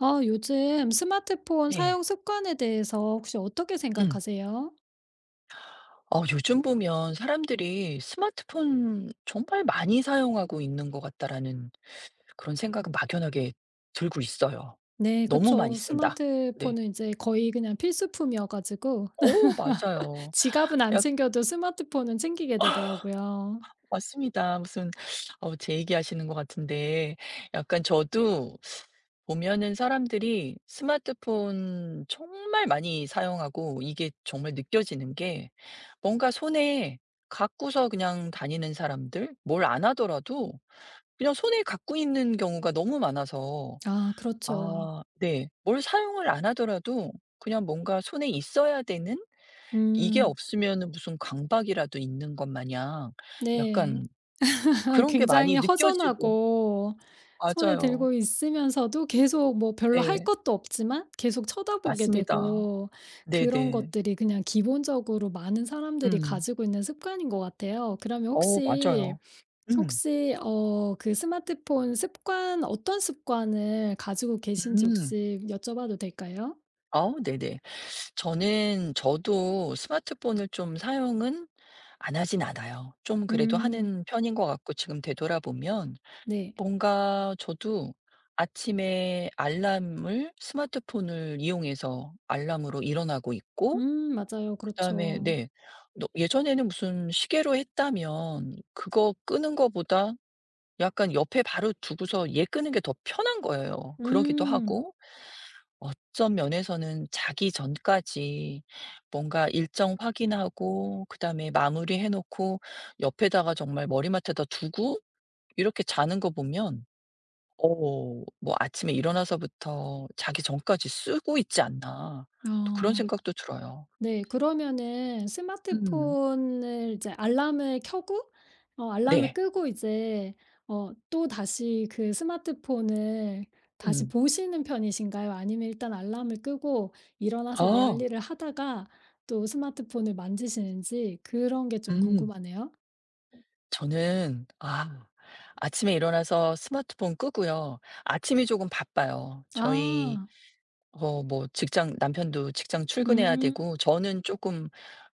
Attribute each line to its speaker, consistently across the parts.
Speaker 1: 아, 요즘 스마트폰
Speaker 2: 네.
Speaker 1: 사용 습관에 대해서 혹시 어떻게
Speaker 2: 음.
Speaker 1: 생각하세요?
Speaker 2: 어 요즘 보면 사람들이 '스마트폰 정말 많이 사용하고 있는 것 같다.'라는 그런 생각은 막연하게 들고 있어요.
Speaker 1: 네,
Speaker 2: '너무 많이
Speaker 1: 그쵸.
Speaker 2: 쓴다.' 네.
Speaker 1: 스마트폰은 이제 거의 그냥 필수품이어 가지고
Speaker 2: 오 맞아요.
Speaker 1: 지갑은 안 챙겨도 스마트폰은 챙기게 되더라고요.
Speaker 2: 맞습니다. 무슨 어 제 얘기하시는 것 같은데 약간 저도 보면은 사람들이 스마트폰 정말 많이 사용하고 이게 정말 느껴지는 게 뭔가 손에 갖고서 그냥 다니는 사람들 뭘 안 하더라도 그냥 손에 갖고 있는 경우가 너무 많아서.
Speaker 1: 아, 그렇죠.
Speaker 2: 아 네. 뭘 사용을 안 하더라도 그냥 뭔가 손에 있어야 되는, 이게
Speaker 1: 음.
Speaker 2: 없으면 무슨 강박이라도 있는 것 마냥
Speaker 1: 네.
Speaker 2: 약간 그런 게
Speaker 1: 굉장히
Speaker 2: 많이 느껴지고.
Speaker 1: 허전하고 손에
Speaker 2: 맞아요.
Speaker 1: 들고 있으면서도 계속 뭐 별로 할
Speaker 2: 네.
Speaker 1: 것도 없지만 계속 쳐다보게
Speaker 2: 맞습니다.
Speaker 1: 되고 그런
Speaker 2: 네네.
Speaker 1: 것들이 그냥 기본적으로 많은 사람들이
Speaker 2: 음.
Speaker 1: 가지고 있는 습관인 것 같아요. 그러면
Speaker 2: 어
Speaker 1: 혹시
Speaker 2: 맞아요. 음.
Speaker 1: 그 스마트폰 습관 어떤 습관을 가지고 계신지
Speaker 2: 음.
Speaker 1: 혹시 여쭤봐도 될까요?
Speaker 2: 아 네네. 저는 저도 스마트폰을 좀 사용은 안 하진 않아요. 좀 그래도
Speaker 1: 음.
Speaker 2: 하는 편인 것 같고, 지금 되돌아보면
Speaker 1: 네.
Speaker 2: 뭔가 저도 아침에 알람을 스마트폰을 이용해서 알람으로 일어나고 있고,
Speaker 1: 맞아요.
Speaker 2: 그다음에
Speaker 1: 그렇죠.
Speaker 2: 네. 너 예전에는 무슨 시계로 했다면 그거 끄는 거보다 약간 옆에 바로 두고서 얘 끄는 게 더 편한 거예요. 그러기도
Speaker 1: 음.
Speaker 2: 하고, 어떤 면에서는 자기 전까지 뭔가 일정 확인하고 그다음에 마무리해 놓고 옆에다가 정말 머리맡에다 두고 이렇게 자는 거 보면 어 뭐 '아침에 일어나서부터 자기 전까지 쓰고 있지 않나.' 또 그런
Speaker 1: 어.
Speaker 2: 생각도 들어요.
Speaker 1: 네. 그러면은
Speaker 2: 음.
Speaker 1: 스마트폰을 이제 알람을 켜고 어 알람을
Speaker 2: 네.
Speaker 1: 끄고 이제 어 또다시 그 스마트폰을 다시
Speaker 2: 음.
Speaker 1: 보시는 편이신가요? 아니면 일단 알람을 끄고 일어나서 내 할
Speaker 2: 어,
Speaker 1: 일을 하다가 또 스마트폰을 만지시는지 그런 게 좀
Speaker 2: 음.
Speaker 1: 궁금하네요.
Speaker 2: 저는 아 아침에 일어나서 스마트폰 끄고요. 아침이 조금 바빠요. 저희
Speaker 1: 아.
Speaker 2: 어 뭐 직장 남편도 직장 출근해야
Speaker 1: 음.
Speaker 2: 되고, 저는 조금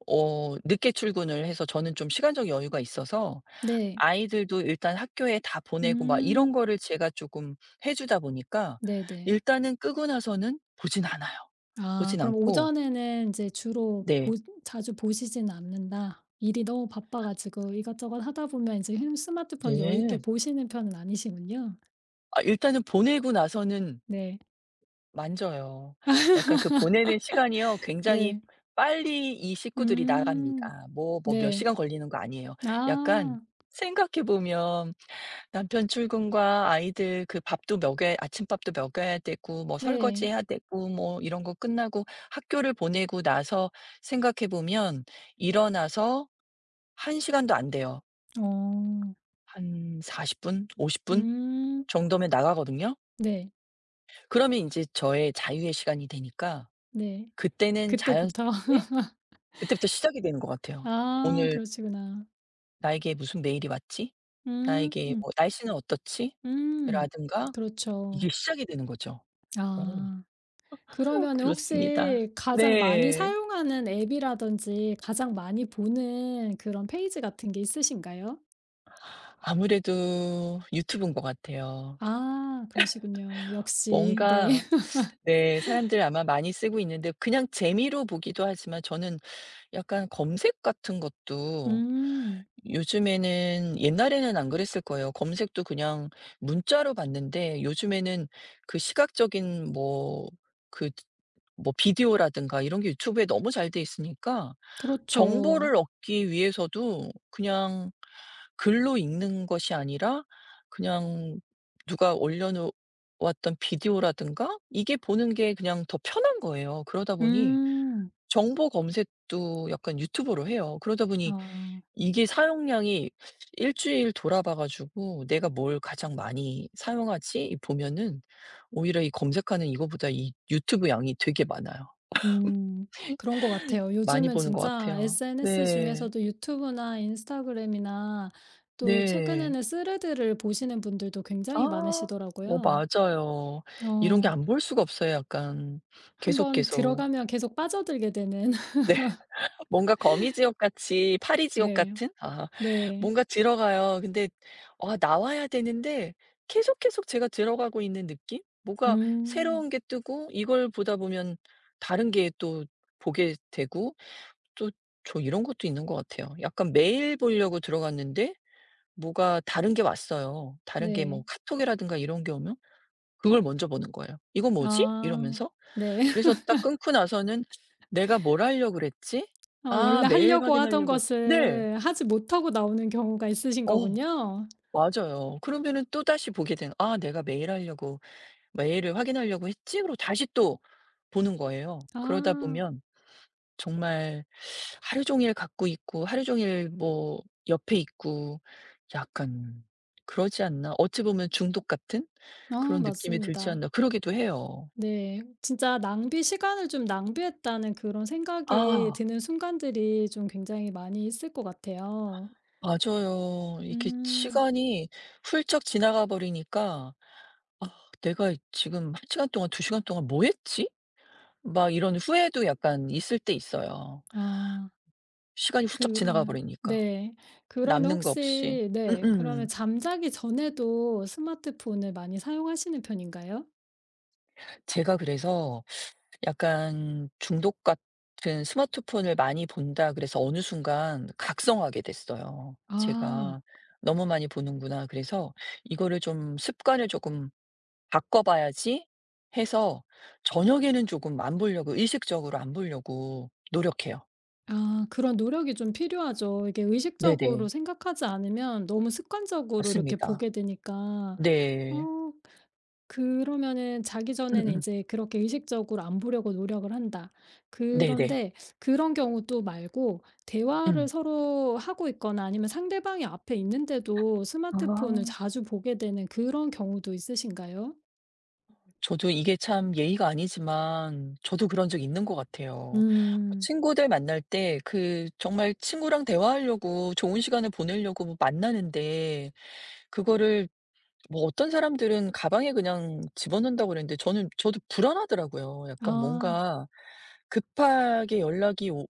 Speaker 2: 어 늦게 출근을 해서 저는 좀 시간적 여유가 있어서
Speaker 1: 네.
Speaker 2: 아이들도 일단 학교에 다 보내고 막 이런
Speaker 1: 음.
Speaker 2: 거를 제가 조금 해 주다 보니까
Speaker 1: 네네.
Speaker 2: 일단은 끄고 나서는 보진 않아요.
Speaker 1: 아
Speaker 2: 보진
Speaker 1: 그럼
Speaker 2: 않고.
Speaker 1: 오전에는 이제 주로 보
Speaker 2: 네.
Speaker 1: 자주 보시지는 않는다. 일이 너무 바빠 가지고 이것저것 하다 보면 이제핸 스마트폰을 여유 있게
Speaker 2: 네.
Speaker 1: 보시는 편은 아니시군요.
Speaker 2: 아 일단은 보내고 나서는
Speaker 1: 네.
Speaker 2: 만져요. 약간 그 보내는 시간이요 굉장히
Speaker 1: 네.
Speaker 2: 빨리 이 식구들이
Speaker 1: 음.
Speaker 2: 나갑니다. 뭐 뭐 몇
Speaker 1: 네.
Speaker 2: 시간 걸리는 거 아니에요. 약간
Speaker 1: 아
Speaker 2: 생각해 보면 남편 출근과 아이들 그 밥도 먹여야 아침밥도 먹여야 되고 뭐
Speaker 1: 네.
Speaker 2: 설거지해야 되고 뭐 이런 거 끝나고 학교를 보내고 나서 생각해 보면 일어나서 한 시간도 안 돼요.
Speaker 1: 어.
Speaker 2: 한 40 분, 50분
Speaker 1: 음.
Speaker 2: 정도면 나가거든요.
Speaker 1: 네.
Speaker 2: 그러면 이제 저의 자유의 시간이 되니까
Speaker 1: 네.
Speaker 2: 그때는
Speaker 1: 그때부터.
Speaker 2: 자연스럽게 그때부터 시작이 되는 것 같아요.
Speaker 1: 아
Speaker 2: '오늘
Speaker 1: 그러시구나.
Speaker 2: 나에게 무슨 메일이 왔지?
Speaker 1: 음.
Speaker 2: 나에게
Speaker 1: 음.
Speaker 2: 뭐 날씨는 어떻지?'
Speaker 1: 음.
Speaker 2: 라든가
Speaker 1: 그렇죠.
Speaker 2: 이게 시작이 되는 거죠. 오
Speaker 1: 아. 그러면은
Speaker 2: 그렇습니다.
Speaker 1: 혹시 가장 많이
Speaker 2: 네.
Speaker 1: 사용하는 앱이라든지 가장 많이 보는 그런 페이지 같은 게 있으신가요?
Speaker 2: 아무래도 유튜브인 것 같아요.
Speaker 1: 아 그러시군요. 역시 네.
Speaker 2: 뭔가 네 사람들 아마 많이 쓰고 있는데 그냥 재미로 보기도 하지만 저는 약간 검색 같은 것도.
Speaker 1: 음
Speaker 2: 요즘에는, 옛날에는 안 그랬을 거예요. 검색도 그냥 문자로 봤는데 요즘에는 그 시각적인 뭐 그 뭐 비디오라든가 이런 게 유튜브에 너무 잘 돼 있으니까
Speaker 1: 그렇죠.
Speaker 2: 정보를 얻기 위해서도 그냥 글로 읽는 것이 아니라 그냥 누가 올려 놓 왔던 비디오라든가 이게 보는 게 그냥 더 편한 거예요. 그러다 보니
Speaker 1: 음.
Speaker 2: 정보 검색도 약간 유튜브로 해요. 그러다 보니
Speaker 1: 아.
Speaker 2: 이게 사용량이 일 주일 돌아봐 가지고 '내가 뭘 가장 많이 사용하지?' 이 보면은 오히려 이 검색하는 이거보다 이 유튜브 양이 되게 많아요.
Speaker 1: 음. 그런 것 같아요.
Speaker 2: 많이
Speaker 1: 요즘은
Speaker 2: 보는 것
Speaker 1: 진짜
Speaker 2: 같아요.
Speaker 1: SNS
Speaker 2: 네.
Speaker 1: 중에서도 유튜브나 인스타그램이나 또
Speaker 2: 네.
Speaker 1: 최근에는 스레드를 보시는 분들도 굉장히
Speaker 2: 아. 어
Speaker 1: 많으시더라고요.
Speaker 2: 맞아요. 이런 게
Speaker 1: 어.
Speaker 2: 안 볼 수가 없어요 약간. 계속,
Speaker 1: 한번
Speaker 2: 계속.
Speaker 1: 들어가면 계속 빠져들게 되는
Speaker 2: 뭔가 거미지옥 같이 파리지옥
Speaker 1: 네.
Speaker 2: 같은? 아
Speaker 1: 네.
Speaker 2: 뭔가 들어가요. 근데 아 나와야 되는데 계속, 계속 제가 들어가고 있는 느낌? 뭐가 새로운
Speaker 1: 음.
Speaker 2: 게 뜨고 이걸 보다 보면 다른 게 또 보게 되고 또 저 이런 것도 있는 것 같아요. 약간 메일 보려고 들어갔는데 뭐가 다른 게 왔어요. 다른 게 뭐
Speaker 1: 네.
Speaker 2: 카톡이라든가 이런 게 오면 그걸 먼저 보는 거예요. '이거 뭐지?'
Speaker 1: 아.
Speaker 2: 이러면서.
Speaker 1: 네.
Speaker 2: 그래서 딱 끊고 나서는 '내가 뭘 하려고 그랬지?
Speaker 1: 아
Speaker 2: 아
Speaker 1: 원래
Speaker 2: 메일
Speaker 1: 하려고 하던
Speaker 2: 확인하려고 했지.' 네.
Speaker 1: 것을 하지 못하고 나오는 경우가 있으신
Speaker 2: 어
Speaker 1: 거군요.
Speaker 2: 맞아요. 그러면은 또다시 보게 되는 '아 내가 메일 하려고 메일을 확인하려고 했지?' 그러고 다시 또 보는 거예요. 그러다
Speaker 1: 아.
Speaker 2: 보면 정말 하루 종일 갖고 있고 하루 종일 뭐 옆에 있고 약간 그러지 않나? 어찌 보면 중독 같은
Speaker 1: 아
Speaker 2: 그런 느낌이 들지
Speaker 1: 맞습니다.
Speaker 2: 않나 그러기도 해요.
Speaker 1: 네. 진짜 낭비 '시간을 좀 낭비했다.'는 그런 생각이
Speaker 2: 아.
Speaker 1: 드는 순간들이 좀 굉장히 많이 있을 것 같아요.
Speaker 2: 맞아요. 이게
Speaker 1: 음.
Speaker 2: 시간이 훌쩍 지나가 버리니까 '아 내가 지금 한 시간 동안 두 시간 동안 뭐 했지?' 막 이런 후회도 약간 있을 때 있어요.
Speaker 1: 아.
Speaker 2: 시간이 훌쩍 지나가
Speaker 1: 그러면
Speaker 2: 버리니까
Speaker 1: 네. 그러면
Speaker 2: 남는 거 없이.
Speaker 1: 혹시 네 그러면
Speaker 2: 음음.
Speaker 1: 잠자기 전에도 스마트폰을 많이 사용하시는 편인가요?
Speaker 2: 제가 그래서 약간 '중독 같은 스마트폰을 많이 본다.' 그래서 어느 순간 각성하게 됐어요
Speaker 1: 아.
Speaker 2: 제가. '너무 많이 보는구나.' 그래서 이거를 좀 습관을 조금 바꿔봐야지 해서 저녁에는 조금 안 보려고 의식적으로 안 보려고 노력해요.
Speaker 1: 아 그런 노력이 좀 필요하죠. 이게 의식적으로
Speaker 2: 네네.
Speaker 1: 생각하지 않으면 너무 습관적으로 이렇게
Speaker 2: 맞습니다.
Speaker 1: 보게 되니까
Speaker 2: 네.
Speaker 1: 어 그러면은 자기 전에는 이
Speaker 2: 음음.
Speaker 1: 제 그렇게 의식적으로 안 보려고 노력을 한다.
Speaker 2: 네네.
Speaker 1: 그런데 그런 경우 또 말고 대화를
Speaker 2: 음.
Speaker 1: 서로 하고 있거나 아니면 상대방이 앞에 있는데도 스마트폰을
Speaker 2: 아.
Speaker 1: 자주 보게 되는 그런 경우도 있으신가요?
Speaker 2: 저도 이게 참 예의가 아니지만 저도 그런 적 있는 것 같아요.
Speaker 1: 음.
Speaker 2: 친구들 만날 때 그 정말 친구랑 대화하려고 좋은 시간을 보내려고 뭐 만나는데 그거를 뭐 어떤 사람들은 가방에 그냥 집어넣는다고 그랬는데 저는 저도 불안하더라고요. 약간
Speaker 1: 아
Speaker 2: 뭔가 급하게 연락이 오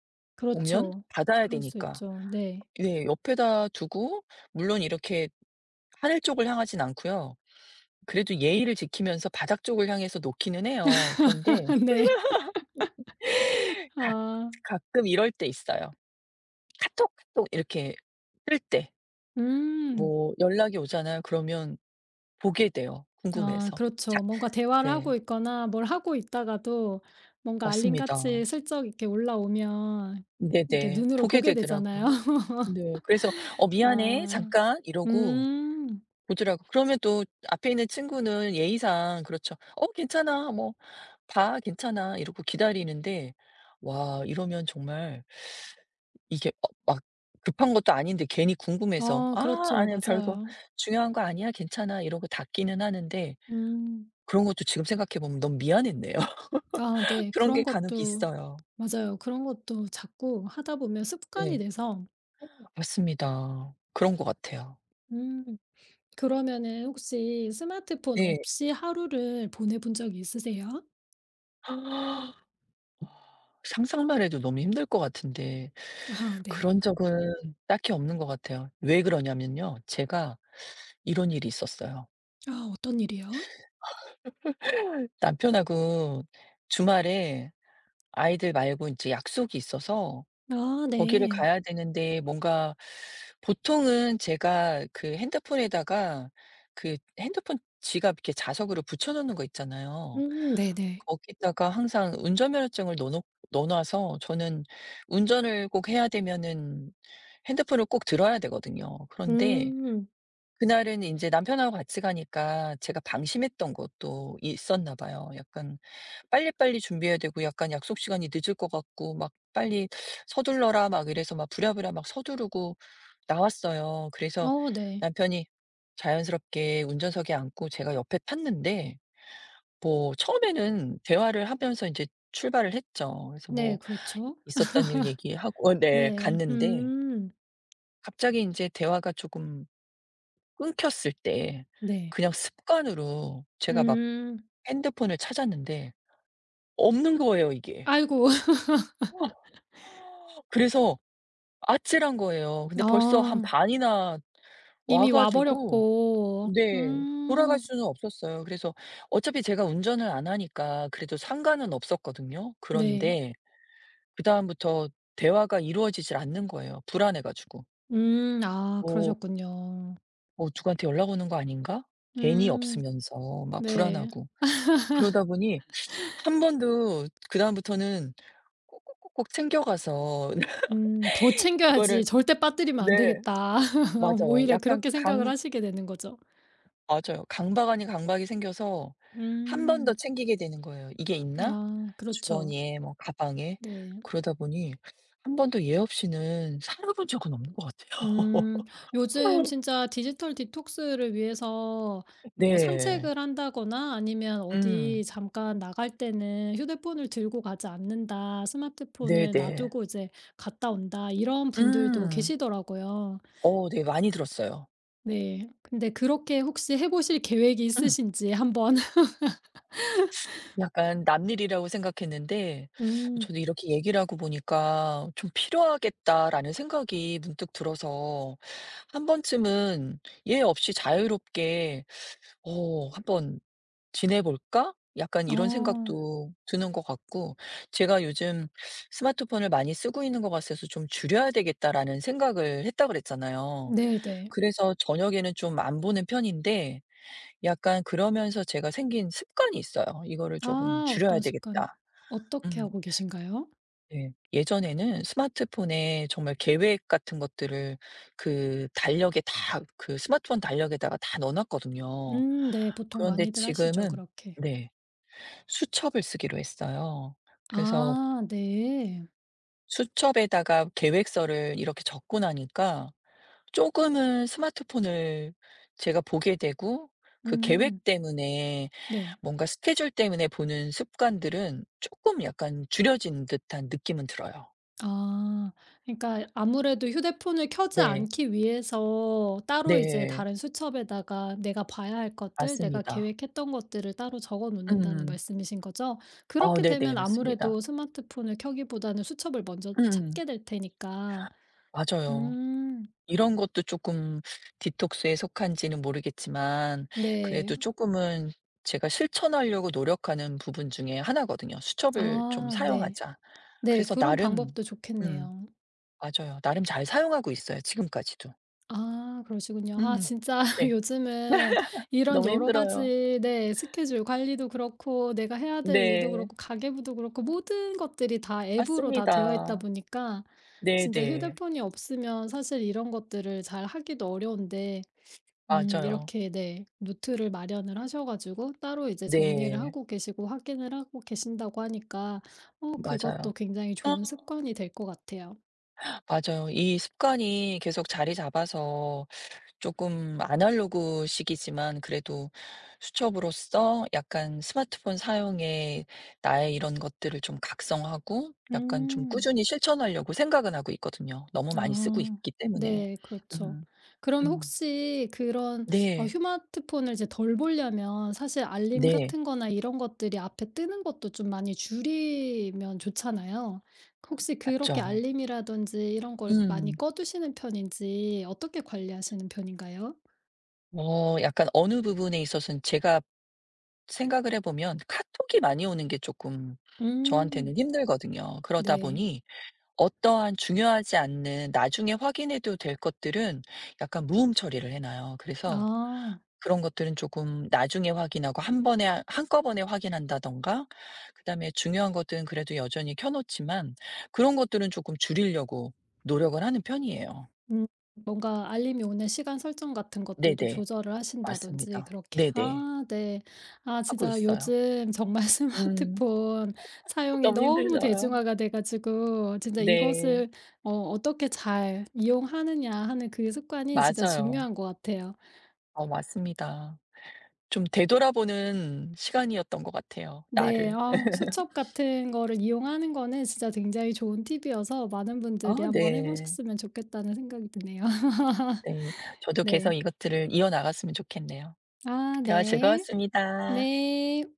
Speaker 2: 오면
Speaker 1: 그렇죠.
Speaker 2: 받아야
Speaker 1: 그럴 수
Speaker 2: 되니까.
Speaker 1: 있죠. 네.
Speaker 2: 네. 옆에다 두고 물론 이렇게 하늘 쪽을 향하진 않고요. 그래도 예의를 지키면서 바닥 쪽을 향해서 놓기는 해요. 그런데
Speaker 1: 네.
Speaker 2: 가
Speaker 1: 아.
Speaker 2: 가끔 이럴 때 있어요. 카톡, 카톡 이렇게 뜰 때
Speaker 1: 음.
Speaker 2: 뭐 연락이 오잖아요. 그러면 보게 돼요
Speaker 1: 아
Speaker 2: 궁금해서. 자
Speaker 1: 그렇죠. 뭔가 대화를
Speaker 2: 네.
Speaker 1: 하고 있거나 뭘 하고 있다가도 뭔가
Speaker 2: 맞습니다.
Speaker 1: 알림같이 슬쩍 이렇게 올라오면 이렇게
Speaker 2: 네네.
Speaker 1: 눈으로
Speaker 2: 보게
Speaker 1: 보게 되잖아요.
Speaker 2: 되더라고요. 네. 그래서 "어 미안해.
Speaker 1: 아.
Speaker 2: 잠깐." 이러고
Speaker 1: 음.
Speaker 2: 보더라고요. 그러면 또 앞에 있는 친구는 예의상 그렇죠. "어 괜찮아. 뭐 봐. 괜찮아." 이러고 기다리는데 와 이러면 정말 이게 어 막 급한 것도 아닌데 괜히 궁금해서
Speaker 1: 어
Speaker 2: "아
Speaker 1: 그렇죠.
Speaker 2: 아니야. 별거
Speaker 1: 맞아요.
Speaker 2: 중요한 거 아니야. 괜찮아." 이러고 닫기는 하는데
Speaker 1: 음.
Speaker 2: 그런 것도 지금 생각해 보면 너무 미안했네요.
Speaker 1: 아 네.
Speaker 2: 그런
Speaker 1: 그런
Speaker 2: 게 간혹
Speaker 1: 것도
Speaker 2: 있어요.
Speaker 1: 맞아요. 그런 것도 자꾸 하다 보면 습관이
Speaker 2: 네.
Speaker 1: 돼서
Speaker 2: 맞습니다. 그런 것 같아요.
Speaker 1: 음 그러면은 혹시 스마트폰 없이 하루를 보내 본 적이 있으세요?
Speaker 2: 네. 상상만 해도 너무 힘들 것 같은데
Speaker 1: 아 네.
Speaker 2: 그런 적은 딱히 없는 것 같아요. 왜 그러냐면요. 제가 이런 일이 있었어요.
Speaker 1: 아 어떤 일이요?
Speaker 2: 남편하고 주말에 아이들 말고 이제 약속이 있어서
Speaker 1: 아
Speaker 2: 거기를
Speaker 1: 네.
Speaker 2: 가야 되는데 뭔가 보통은 제가 그 핸드폰에다가 그 핸드폰 지갑 이렇게 자석으로 붙여 놓는 거 있잖아요.
Speaker 1: 네네.
Speaker 2: 거기다가 항상 운전면허증을 넣어 놔서 저는 운전을 꼭 해야 되면은 핸드폰을 꼭 들어야 되거든요. 그런데
Speaker 1: 음.
Speaker 2: 그날은 이제 남편하고 같이 가니까 제가 방심했던 것도 있었나 봐요. 약간 빨리빨리 준비해야 되고 약간 약속 시간이 늦을 것 같고 막 "빨리 서둘러라." 막 이래서 막 부랴부랴 막 서두르고 나왔어요. 그래서
Speaker 1: 어 네.
Speaker 2: 남편이 자연스럽게 운전석에 앉고 제가 옆에 탔는데 뭐 처음에는 대화를 하면서 이제 출발을 했죠. 그래서
Speaker 1: 네
Speaker 2: 뭐
Speaker 1: 그렇죠.
Speaker 2: 있었던 일 얘기하고 어 네
Speaker 1: 네.
Speaker 2: 갔는데
Speaker 1: 음.
Speaker 2: 갑자기 이제 대화가 조금 끊겼을 때
Speaker 1: 네.
Speaker 2: 그냥 습관으로 제가 막
Speaker 1: 음.
Speaker 2: 핸드폰을 찾았는데 없는 거예요 이게.
Speaker 1: 아이고.
Speaker 2: 그래서 아찔한 거예요. 근데 벌써 한
Speaker 1: 아.
Speaker 2: 반이나 와
Speaker 1: 이미 와
Speaker 2: 가지고
Speaker 1: 버렸고.
Speaker 2: 네. 돌아갈
Speaker 1: 음.
Speaker 2: 수는 없었어요. 그래서 어차피 제가 운전을 안 하니까 그래도 상관은 없었거든요.
Speaker 1: 네.
Speaker 2: 그런데 그다음부터 대화가 이루어지질 않는 거예요 불안해 가지고.
Speaker 1: 음. 아
Speaker 2: 뭐
Speaker 1: 그러셨군요.
Speaker 2: '뭐 누구한테 연락 오는 거 아닌가?' 괜히
Speaker 1: 음.
Speaker 2: 없으면서 막
Speaker 1: 네.
Speaker 2: 불안하고. 그러다 보니 한 번도 그다음부터는 꼭꼭꼭꼭 챙겨 가서.
Speaker 1: 음. '더 챙겨야지.
Speaker 2: 이거를
Speaker 1: 절대 빠뜨리면 안
Speaker 2: 네.
Speaker 1: 되겠다.'
Speaker 2: 맞아요.
Speaker 1: 오히려
Speaker 2: 약간
Speaker 1: 그렇게 생각을
Speaker 2: 강
Speaker 1: 하시게 되는 거죠.
Speaker 2: 맞아요. 강박 아닌 강박이 생겨서 한 번
Speaker 1: 음.
Speaker 2: 더 챙기게 되는 거예요. '이게 있나?'
Speaker 1: 아 그렇죠.
Speaker 2: 주머니에 뭐 가방에.
Speaker 1: 네.
Speaker 2: 그러다 보니 한 번도 예 없이는 살아본 적은 없는 것 같아요.
Speaker 1: 음. 요즘 진짜 디지털 디톡스를 위해서 뭐
Speaker 2: 네.
Speaker 1: 산책을 한다거나 아니면 어디
Speaker 2: 음.
Speaker 1: 잠깐 나갈 때는 '휴대폰을 들고 가지 않는다. 스마트폰을
Speaker 2: 네네.
Speaker 1: 놔두고 이제 갔다 온다.' 이런 분들도
Speaker 2: 음.
Speaker 1: 계시더라고요.
Speaker 2: 어 네 많이 들었어요.
Speaker 1: 네. 근데 그렇게 혹시 해 보실 계획이
Speaker 2: 음.
Speaker 1: 있으신지 한번
Speaker 2: 약간 남일이라고 생각했는데
Speaker 1: 음.
Speaker 2: 저도 이렇게 얘기를 하고 보니까 '좀 필요하겠다.'라는 생각이 문득 들어서 '한 번쯤은 얘 없이 자유롭게 어 한번 지내 볼까?' 약간 이런
Speaker 1: 어.
Speaker 2: 생각도 드는 것 같고 제가 요즘 '스마트폰을 많이 쓰고 있는 것 같아서 좀 줄여야 되겠다.'라는 생각을 했다 그랬잖아요.
Speaker 1: 네네.
Speaker 2: 그래서 저녁에는 좀 안 보는 편인데 약간 그러면서 제가 생긴 습관이 있어요. '이거를 조금
Speaker 1: 아
Speaker 2: 줄여야
Speaker 1: 어떤 습관
Speaker 2: 되겠다.'
Speaker 1: 어떻게
Speaker 2: 음
Speaker 1: 하고 계신가요?
Speaker 2: 네. 예전에는 스마트폰에 정말 계획 같은 것들을 그 달력에 다 그 스마트폰 달력에다가 다 넣어 놨거든요.
Speaker 1: 네. 보통
Speaker 2: 그런데
Speaker 1: 많이들 하시죠
Speaker 2: 지금은
Speaker 1: 그렇게.
Speaker 2: 네. 수첩을 쓰기로 했어요. 그래서
Speaker 1: 아 네.
Speaker 2: 수첩에다가 계획서를 이렇게 적고 나니까 조금은 스마트폰을 제가 보게 되고 그
Speaker 1: 음
Speaker 2: 계획 때문에
Speaker 1: 네.
Speaker 2: 뭔가 스케줄 때문에 보는 습관들은 쪼끔 약간 줄여진 듯한 느낌은 들어요.
Speaker 1: 아 그러니까 아무래도 휴대폰을 켜지
Speaker 2: 네.
Speaker 1: 않기 위해서 따로 이제
Speaker 2: 네.
Speaker 1: 다른 수첩에다가 내가 봐야 할 것들, 내가
Speaker 2: 맞습니다.
Speaker 1: 계획했던 것들을 따로 적어 놓는다는
Speaker 2: 음.
Speaker 1: 말씀이신 거죠?
Speaker 2: 아
Speaker 1: 그렇게
Speaker 2: 네네.
Speaker 1: 되면
Speaker 2: 맞습니다.
Speaker 1: 아무래도 스마트폰을 켜기보다는 수첩을 먼저
Speaker 2: 음.
Speaker 1: 찾게 될 테니까.
Speaker 2: 맞아요.
Speaker 1: 음
Speaker 2: 이런 것도 쪼끔 디톡스에 속한지는 모르겠지만
Speaker 1: 네.
Speaker 2: 그래도 쪼끔은 제가 실천하려고 노력하는 부분 중에 하나거든요. '수첩을 좀
Speaker 1: 아 네.
Speaker 2: 사용하자.'
Speaker 1: 네
Speaker 2: 그래서
Speaker 1: 그런
Speaker 2: 나름
Speaker 1: 방법도
Speaker 2: 음
Speaker 1: 좋겠네요.
Speaker 2: 맞아요. 나름 잘 사용하고 있어요 지금까지도.
Speaker 1: 아 그러시군요. 아
Speaker 2: 음.
Speaker 1: 진짜
Speaker 2: 네.
Speaker 1: 요즘은 이런
Speaker 2: 너무
Speaker 1: 여러
Speaker 2: 힘들어요.
Speaker 1: 가지 네 스케줄 관리도 그렇고 내가 해야 될 일도
Speaker 2: 네.
Speaker 1: 그렇고 가계부도 그렇고 모든 것들이 다 앱으로 다 되어 있다
Speaker 2: 맞습니다.
Speaker 1: 보니까 진짜
Speaker 2: 네네.
Speaker 1: 휴대폰이 없으면 사실 이런 것들을 잘 하기도 어려운데
Speaker 2: 맞아요.
Speaker 1: 이렇게 네 노트를 마련을 하셔 가지고 따로 이제 정리를
Speaker 2: 네.
Speaker 1: 하고 계시고 확인을 하고 계신다고 하니까 어 그것도
Speaker 2: 맞아요.
Speaker 1: 굉장히 좋은 습관이 될 것 같아요.
Speaker 2: 맞아요. 이 습관이 계속 자리 잡아서 조금 아날로그식이지만 그래도 수첩으로써 약간 스마트폰 사용에 나의 이런 것들을 좀 각성하고 약간 좀
Speaker 1: 음.
Speaker 2: 꾸준히 실천하려고 생각은 하고 있거든요, 너무 많이 쓰고
Speaker 1: 아.
Speaker 2: 있기 때문에.
Speaker 1: 네 그렇죠.
Speaker 2: 음.
Speaker 1: 그러면
Speaker 2: 음.
Speaker 1: 혹시 그런 어
Speaker 2: 네.
Speaker 1: 스마트폰을 이제 덜 보려면 사실 알림
Speaker 2: 네.
Speaker 1: 같은 거나 이런 것들이 앞에 뜨는 것도 좀 많이 줄이면 좋잖아요. 혹시 그렇게
Speaker 2: 맞죠.
Speaker 1: 알림이라든지 이런 걸 많이
Speaker 2: 음.
Speaker 1: 꺼 두시는 편인지 어떻게 관리하시는 편인가요?
Speaker 2: 어 약간 어느 부분에 있어서는 제가 생각을 해 보면 카톡이 많이 오는 게 조금
Speaker 1: 음.
Speaker 2: 저한테는 힘들거든요. 그러다
Speaker 1: 네.
Speaker 2: 보니 어떠한 중요하지 않는 나중에 확인해도 될 것들은 약간 무음 처리를 해 놔요. 그래서
Speaker 1: 아.
Speaker 2: 그런 것들은 조금 나중에 확인하고 한 번에 한꺼번에 확인한다든가 그다음에 중요한 것들은 그래도 여전히 켜 놓지만 그런 것들은 조금 줄이려고 노력을 하는 편이에요.
Speaker 1: 음. 뭔가 알림이 오는 시간 설정 같은 것들도
Speaker 2: 네네.
Speaker 1: 조절을 하신다든지
Speaker 2: 맞습니다.
Speaker 1: 그렇게.
Speaker 2: 네네.
Speaker 1: 아 네. 아
Speaker 2: 하고
Speaker 1: 진짜
Speaker 2: 있어요.
Speaker 1: 요즘 정말
Speaker 2: 음.
Speaker 1: 스마트폰 사용이
Speaker 2: 너무 힘들
Speaker 1: 너무
Speaker 2: 어요
Speaker 1: 대중화가 돼 가지고 진짜
Speaker 2: 네.
Speaker 1: 이것을 어 어떻게 잘 이용하느냐 하는 그 습관이 진짜
Speaker 2: 맞아요.
Speaker 1: 중요한 것 같아요.
Speaker 2: 어 맞습니다. 좀 되돌아보는 시간이었던 것 같아요,
Speaker 1: 네.
Speaker 2: 나를.
Speaker 1: 아 수첩 같은 거를 이용하는 거는 진짜 굉장히 좋은 팁이어서 많은
Speaker 2: 아
Speaker 1: 분들이 한번 해
Speaker 2: 네.
Speaker 1: 보셨으면 좋겠다는 생각이 드네요.
Speaker 2: 네. 저도
Speaker 1: 네.
Speaker 2: 계속 이것들을 이어나갔으면 좋겠네요.
Speaker 1: 아
Speaker 2: 대화
Speaker 1: 네.
Speaker 2: 즐거웠습니다.
Speaker 1: 네.